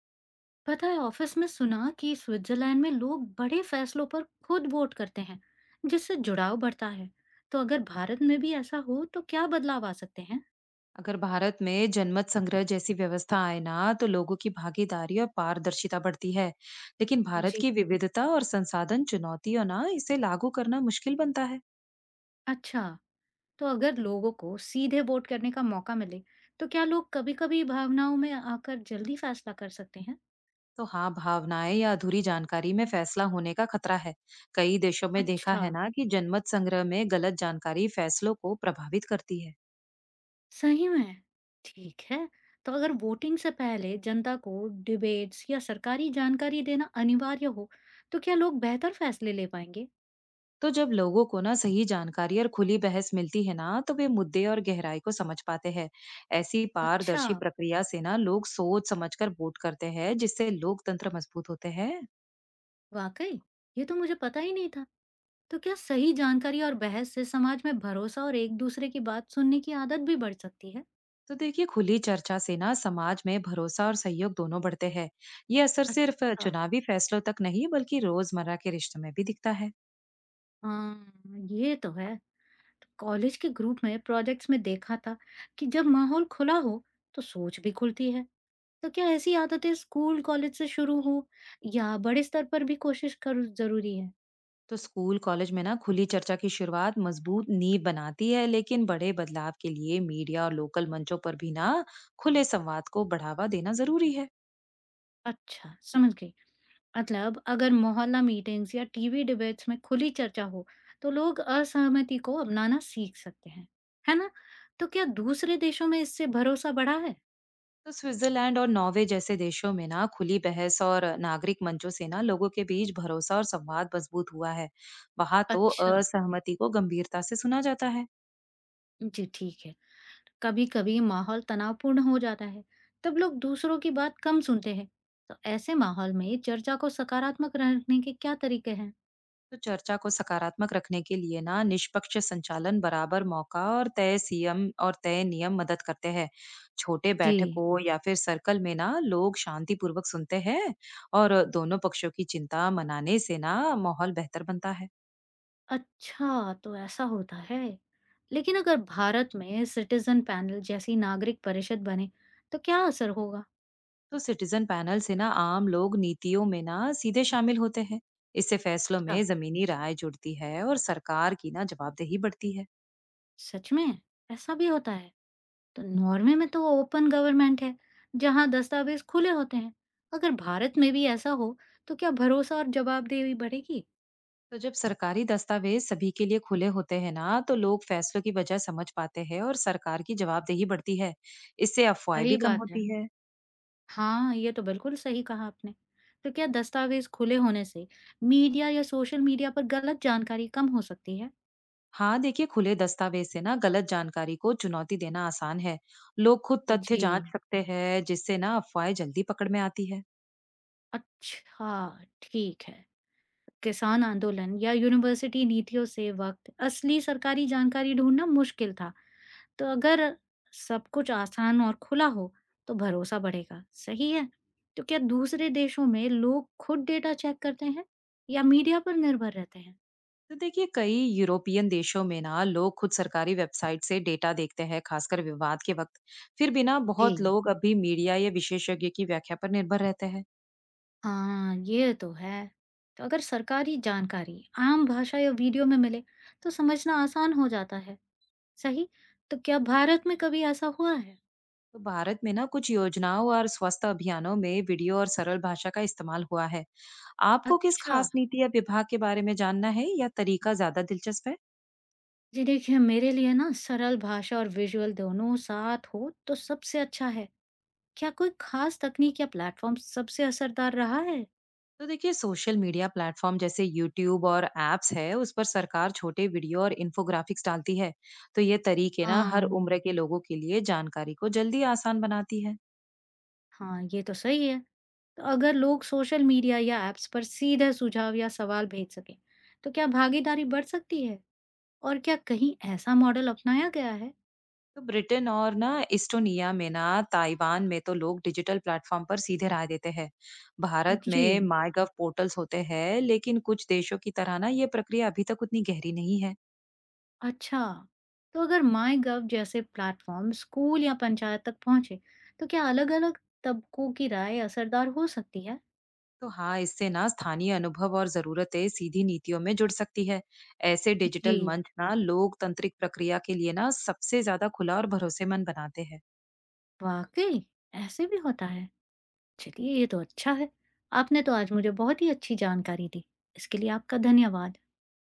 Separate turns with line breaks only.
पता है ऑफिस में सुना कि स्विट्जरलैंड में लोग बड़े फैसलों पर खुद वोट करते हैं जिससे जुड़ाव बढ़ता है। तो अगर भारत में भी ऐसा हो तो क्या बदलाव आ सकते हैं?
अगर भारत में जनमत संग्रह जैसी व्यवस्था आए ना तो लोगों की भागीदारी और पारदर्शिता बढ़ती है। लेकिन भारत
जी।
की विविधता और संसाधन चुनौतियों ना इसे लागू करना मुश्किल बनता है।
अच्छा। तो अगर लोगों को सीधे वोट करने का मौका मिले तो क्या लोग कभी-कभी भावनाओं में आकर जल्दी फैसला कर सकते हैं?
तो हाँ भावनाएं या अधूरी जानकारी में फैसला होने का खतरा है। कई देशों में देखा
अच्छा।
है ना कि जनमत संग्रह में गलत जानकारी फैसलों को प्रभावित करती है।
सही में। ठीक है। तो अगर वोटिंग से पहले जनता को डिबेट्स या सरकारी जानकारी देना अनिवार्य हो तो क्या लोग बेहतर फैसले ले पाएंगे?
तो जब लोगों को ना सही जानकारी और खुली बहस मिलती है ना तो वे मुद्दे और गहराई को समझ पाते हैं। ऐसी
अच्छा।
पारदर्शी प्रक्रिया से ना लोग सोच समझकर वोट करते हैं जिससे लोकतंत्र मजबूत होते हैं।
वाकई। ये तो मुझे पता ही नहीं था। तो क्या सही जानकारी और बहस से समाज में भरोसा और एक दूसरे की बात सुनने की आदत भी बढ़ सकती है?
तो देखिए खुली चर्चा से ना समाज में भरोसा और सहयोग दोनों बढ़ते हैं। ये असर सिर्फ
अच्छा।
चुनावी फैसलों तक नहीं बल्कि रोजमर्रा के रिश्तों में भी दिखता है।
हाँ, ये तो है। तो कॉलेज के ग्रुप में प्रोजेक्ट्स में देखा था कि जब माहौल खुला हो तो सोच भी खुलती है। तो क्या ऐसी आदतें स्कूल कॉलेज से शुरू हो या बड़े स्तर पर भी कोशिश कर जरूरी है?
तो स्कूल कॉलेज में ना खुली चर्चा की शुरुआत मजबूत नींव बनाती है, लेकिन बड़े बदलाव के लिए मीडिया और लोकल मंचों पर भी ना खुले संवाद को बढ़ावा देना जरूरी है।
अच्छा, समझ गई। मतलब अगर मोहल्ला मीटिंग्स या टीवी डिबेट्स में खुली चर्चा हो तो लोग असहमति को अपनाना सीख सकते हैं, है ना? तो क्या दूसरे देशों में इससे भरोसा बढ़ा है?
तो स्विट्जरलैंड और नॉर्वे जैसे देशों में ना खुली बहस और नागरिक मंचों से ना लोगों के बीच भरोसा और संवाद मजबूत हुआ है। वहां तो
अच्छा।
असहमति को गंभीरता से सुना जाता है।
जी, ठीक है। कभी कभी माहौल तनावपूर्ण हो जाता है तब लोग दूसरों की बात कम सुनते हैं। तो ऐसे माहौल में चर्चा को सकारात्मक रखने के क्या तरीके हैं?
तो चर्चा को सकारात्मक रखने के लिए ना निष्पक्ष संचालन, बराबर मौका और तय सीएम और तय नियम मदद करते हैं। छोटे
जी।
बैठकों या फिर सर्कल में ना लोग शांतिपूर्वक सुनते हैं और दोनों पक्षों की चिंता मनाने से ना माहौल बेहतर बनता है।
अच्छा, तो ऐसा होता है। लेकिन अगर भारत में सिटीजन पैनल जैसी नागरिक परिषद बने तो क्या असर होगा?
तो सिटीजन पैनल से ना आम लोग नीतियों में ना सीधे शामिल होते हैं। इससे फैसलों
अच्छा,
में जमीनी राय जुड़ती है और सरकार की ना जवाबदेही बढ़ती है।
सच में? ऐसा भी होता है? तो नॉर्वे में तो ओपन गवर्नमेंट है, जहाँ दस्तावेज खुले होते हैं। अगर भारत में भी ऐसा हो, तो क्या भरोसा और जवाबदेही बढ़ेगी?
तो जब सरकारी दस्तावेज सभी के लिए खुले होते हैं ना तो लोग फैसलों की वजह समझ पाते हैं और सरकार की जवाबदेही बढ़ती है। इससे अफवाहें
सही
भी कम
बात है।
होती है।
हाँ, ये तो बिल्कुल सही कहा आपने। तो क्या दस्तावेज खुले होने से मीडिया या सोशल मीडिया पर गलत जानकारी कम हो सकती है?
हाँ देखिए खुले दस्तावेज से ना गलत जानकारी को चुनौती देना आसान है। लोग खुद तथ्य
जी।
जांच सकते हैं जिससे ना अफवाहें जल्दी पकड़ में आती है।
अच्छा, ठीक है। किसान आंदोलन या यूनिवर्सिटी नीतियों से वक्त असली सरकारी जानकारी ढूंढना मुश्किल था। तो अगर सब कुछ आसान और खुला हो, तो भरोसा बढ़ेगा, सही है? तो क्या दूसरे देशों में लोग खुद डेटा चेक करते हैं या मीडिया पर निर्भर रहते हैं?
तो देखिए कई यूरोपियन देशों में ना लोग खुद सरकारी वेबसाइट से डेटा देखते हैं, खासकर विवाद के वक्त। फिर भी ना
जी।
बहुत लोग अभी मीडिया या विशेषज्ञ की व्याख्या पर निर्भर रहते हैं।
हाँ, ये तो है। तो अगर सरकारी जानकारी आम भाषा या वीडियो में मिले, तो समझना आसान हो जाता है, सही? तो क्या भारत में कभी ऐसा हुआ है?
तो भारत में ना कुछ योजनाओं और स्वास्थ्य अभियानों में वीडियो और सरल भाषा का इस्तेमाल हुआ है। आपको किस
अच्छा,
खास नीति या विभाग के बारे में जानना है या तरीका ज्यादा दिलचस्प है?
जी देखिए मेरे लिए ना सरल भाषा और विजुअल दोनों साथ हो तो सबसे अच्छा है। क्या कोई खास तकनीक या प्लेटफॉर्म सबसे असरदार रहा है?
तो देखिए सोशल मीडिया प्लेटफॉर्म जैसे यूट्यूब और एप्स है उस पर सरकार छोटे वीडियो और इन्फोग्राफिक्स डालती है। तो ये तरीके ना हर
हाँ।
उम्र के लोगों के लिए जानकारी को जल्दी आसान बनाती है।
हाँ, ये तो सही है। तो अगर लोग सोशल मीडिया या ऐप्स पर सीधे सुझाव या सवाल भेज सकें, तो क्या भागीदारी बढ़ सकती है? और क्या कहीं ऐसा मॉडल अपनाया गया है?
तो ब्रिटेन और ना इस्टोनिया में ना ताइवान में तो लोग डिजिटल प्लेटफॉर्म पर सीधे राय देते हैं। भारत
जी।
में माईगव पोर्टल्स होते हैं लेकिन कुछ देशों की तरह ना ये प्रक्रिया अभी तक उतनी गहरी नहीं है।
अच्छा, तो अगर माई गव जैसे प्लेटफॉर्म स्कूल या पंचायत तक पहुंचे, तो क्या अलग-अलग तबकों की राय असरदार हो सकती है?
तो हाँ इससे ना स्थानीय अनुभव और जरूरतें सीधी नीतियों में जुड़ सकती है। ऐसे
जी।
डिजिटल मंच ना लोकतांत्रिक प्रक्रिया के लिए ना सबसे ज्यादा खुला और भरोसेमंद बनाते हैं।
वाकई, ऐसे भी होता है। चलिए, ये तो अच्छा है। आपने तो आज मुझे बहुत ही अच्छी जानकारी दी। इसके लिए आपका धन्यवाद।